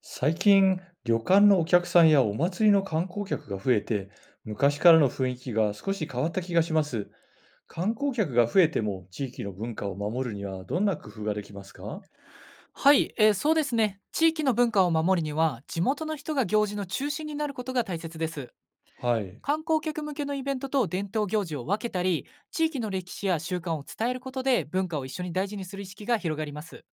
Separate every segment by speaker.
Speaker 1: 最近、旅館のお客さんやお祭りの観光客が増えて、昔からの雰囲気が少し変わった気がします。観光客が増えても地域の文化を守るにはどんな工夫ができますか？
Speaker 2: はい、そうですね。地域の文化を守るには、地元の人が行事の中心になることが大切です。
Speaker 1: はい、
Speaker 2: 観光客向けのイベントと伝統行事を分けたり、地域の歴史や習慣を伝えることで文化を一緒に大事にする意識が広がります。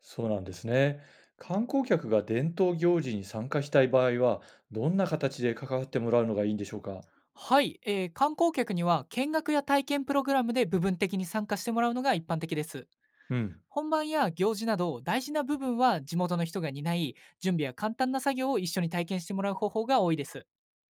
Speaker 1: そうなんですね。観光客が伝統行事に参加したい場合は、どんな形で関わってもらうのがいいんでしょうか？
Speaker 2: はい、観光客には見学や体験プログラムで部分的に参加してもらうのが一般的です。
Speaker 1: うん、
Speaker 2: 本番や行事など大事な部分は地元の人が担い、準備や簡単な作業を一緒に体験してもらう方法が多いです。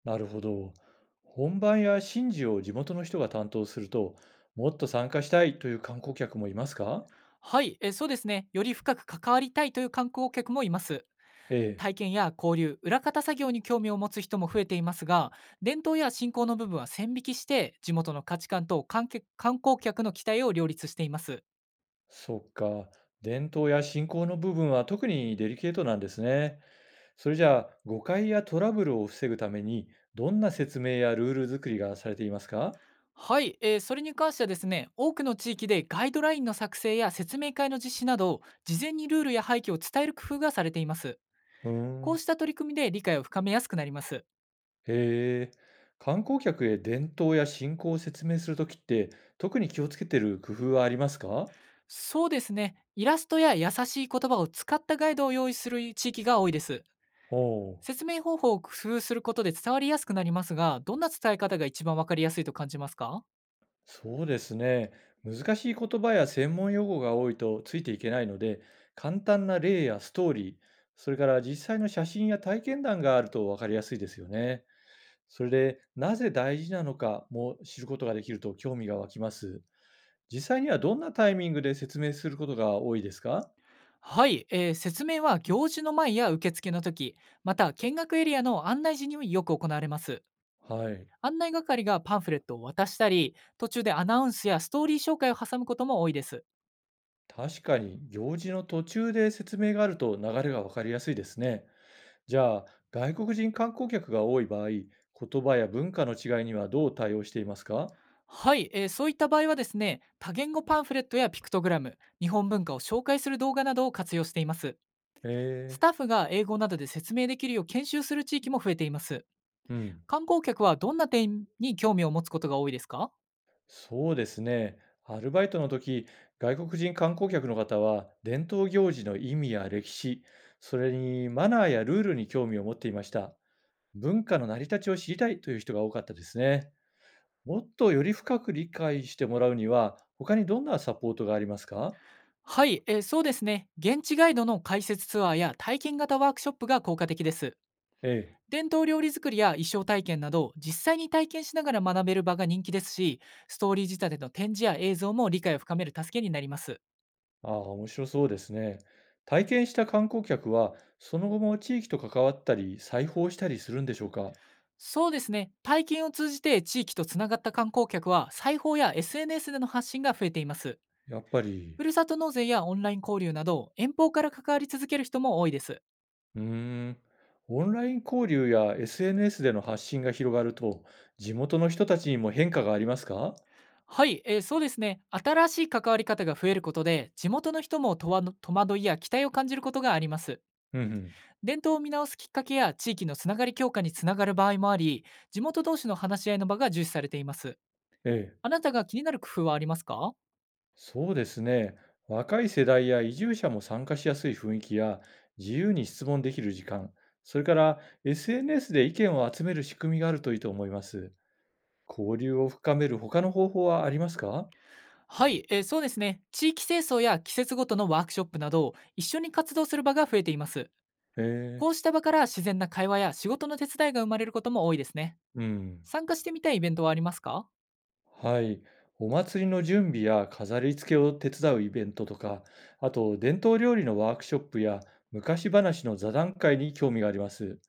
Speaker 1: なるほど。本番や神事を地元の人が担当すると、もっと参加したいという観光客もいますか？
Speaker 2: はい、そうですね。より深く関わりたいという観光客もいます。
Speaker 1: ええ。
Speaker 2: 体験や交流、裏方作業に興味を持つ人も増えていますが、伝統や信仰の部分は線引きして、地元の価値観と観客観光客の期待を両立しています。
Speaker 1: そっか。伝統や信仰の部分は特にデリケートなんですね。それじゃあ、誤解やトラブルを防ぐために、どんな説明やルール作りがされていますか？
Speaker 2: はい、それに関してはですね、多くの地域でガイドラインの作成や説明会の実施など、事前にルールや背景を伝える工夫がされています。
Speaker 1: うー
Speaker 2: こう
Speaker 1: ん。
Speaker 2: した取り組みで理解を深めやすくなります。
Speaker 1: へえ。観光客へ伝統や信仰を説明するときって、特に気をつけてる工夫はありますか？
Speaker 2: そうですね、イラストや優しい言葉を使ったガイドを用意する地域が多いです。
Speaker 1: おおう。
Speaker 2: 説明方法を工夫することで伝わりやすくなりますが、どんな伝え方が一番わかりやすいと感じますか？
Speaker 1: そうですね。難しい言葉や専門用語が多いとついていけないので、簡単な例やストーリー、それから実際の写真や体験談があると分かりやすいですよね。それで、なぜ大事なのかも知ることができると興味が湧きます。実際にはどんなタイミングで説明することが多いですか？
Speaker 2: はい、説明は行事の前や受付の時、また見学エリアの案内時によく行われます。
Speaker 1: はい。
Speaker 2: 案内係がパンフレットを渡したり、途中でアナウンスやストーリー紹介を挟むことも多いです。
Speaker 1: 確かに、行事の途中で説明があると流れが分かりやすいですね。じゃあ、外国人観光客が多い場合、言葉や文化の違いにはどう対応していますか？
Speaker 2: はい、そういった場合はですね、多言語パンフレットやピクトグラム、日本文化を紹介する動画などを活用しています。ス
Speaker 1: え
Speaker 2: タッ
Speaker 1: え、
Speaker 2: フが英語などで説明できるよう研修する地域も増えています。
Speaker 1: うん。
Speaker 2: 観光客はどんな点に興味を持つことが多いですか？
Speaker 1: そうですね。アルバイトの時、外国人観光客の方は、伝統行事の意味や歴史、それにマナーやルールに興味を持っていました。文化の成り立ちを知りたいという人が多かったですね。もっとより深く理解してもらうには、他にどんなサポートがありますか？
Speaker 2: はい、そうですね、現地ガイドの解説ツアーや体験型ワークショップが効果的です。
Speaker 1: ええ。
Speaker 2: 伝統料理作りや一生体験など実際に体験しながら学べる場が人気ですし、ストーリー仕立ての展示や映像も理解を深める助けになります。
Speaker 1: ああ、面白そうですね。体験した観光客は、その後も地域と関わったり、再訪したりするんでしょうか？
Speaker 2: そうですね、体験を通じて地域とつながった観光客は裁縫や SNS での発信が増えています。
Speaker 1: やっぱり、
Speaker 2: ふるさと納税やオンライン交流など遠方から関わり続ける人も多いです。
Speaker 1: うーん、オンライン交流や SNS での発信が広がると、地元の人たちにも変化がありますか？
Speaker 2: はい、そうですね、新しい関わり方が増えることで地元の人もとわの戸惑いや期待を感じることがあります。
Speaker 1: うんうん。
Speaker 2: 伝統を見直すきっかけや地域のつながり強化につながる場合もあり、地元同士の話し合いの場が重視されています。
Speaker 1: ええ、
Speaker 2: あなたが気になる工夫はありますか？
Speaker 1: そうですね。若い世代や移住者も参加しやすい雰囲気や、自由に質問できる時間、それから SNS で意見を集める仕組みがあるといいと思います。交流を深める他の方法はありますか？
Speaker 2: はい、そうですね。地域清掃や季節ごとのワークショップなど、一緒に活動する場が増えています。
Speaker 1: え
Speaker 2: こうし
Speaker 1: え。
Speaker 2: た場から自然な会話や仕事の手伝いが生まれることも多いですね。
Speaker 1: うん。
Speaker 2: 参加してみたいイベントはありますか？
Speaker 1: はい。お祭りの準備や飾り付けを手伝うイベントとか、あと伝統料理のワークショップや昔話の座談会に興味があります。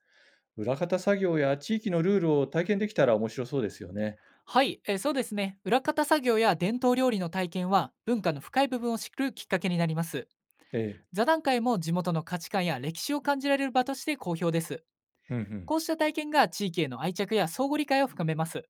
Speaker 1: 裏方作業や地域のルールを体験できたら面白そうですよね。
Speaker 2: はい、そうですね。裏方作業や伝統料理の体験は、文化の深い部分を知るきっかけになります。
Speaker 1: ええ。
Speaker 2: 座談会も地元の価値観や歴史を感じられる場として好評です。
Speaker 1: うんうん。
Speaker 2: こうした体験が地域への愛着や相互理解を深めます。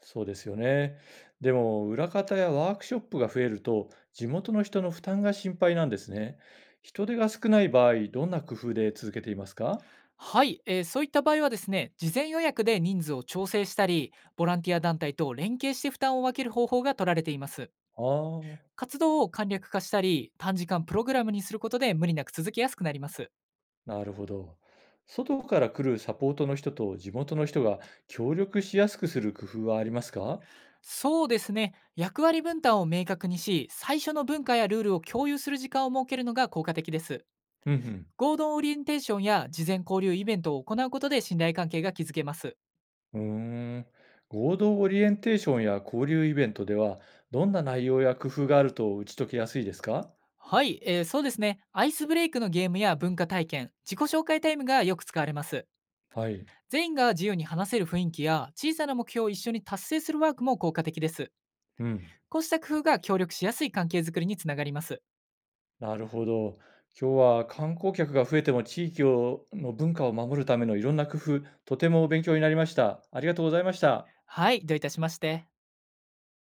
Speaker 1: そうですよね。でも、裏方やワークショップが増えると、地元の人の負担が心配なんですね。人手が少ない場合、どんな工夫で続けていますか？
Speaker 2: はい、そういった場合はですね、事前予約で人数を調整したり、ボランティア団体と連携して負担を分ける方法が取られています。
Speaker 1: ああ、
Speaker 2: 活動を簡略化したり、短時間プログラムにすることで無理なく続けやすくなります。
Speaker 1: なるほど。外から来るサポートの人と地元の人が協力しやすくする工夫はありますか？
Speaker 2: そうですね。役割分担を明確にし、最初の文化やルールを共有する時間を設けるのが効果的です。
Speaker 1: うん、
Speaker 2: 合同オリエンテーションや事前交流イベントを行うことで信頼関係が築けます。
Speaker 1: うん。うーん。合同オリエンテーションや交流イベントでは、どんな内容や工夫があると打ち解けやすいですか？
Speaker 2: はい、そうですね。アイスブレイクのゲームや文化体験、自己紹介タイムがよく使われます。
Speaker 1: はい。
Speaker 2: 全員が自由に話せる雰囲気や小さな目標を一緒に達成するワークも効果的です。
Speaker 1: うん。
Speaker 2: こうした工夫が協力しやすい関係づくりにつながります。
Speaker 1: なるほど。今日は観光客が増えても地域をの文化を守るためのいろんな工夫、とても勉強になりました。ありがとうございました。
Speaker 2: はい、どういたしまして。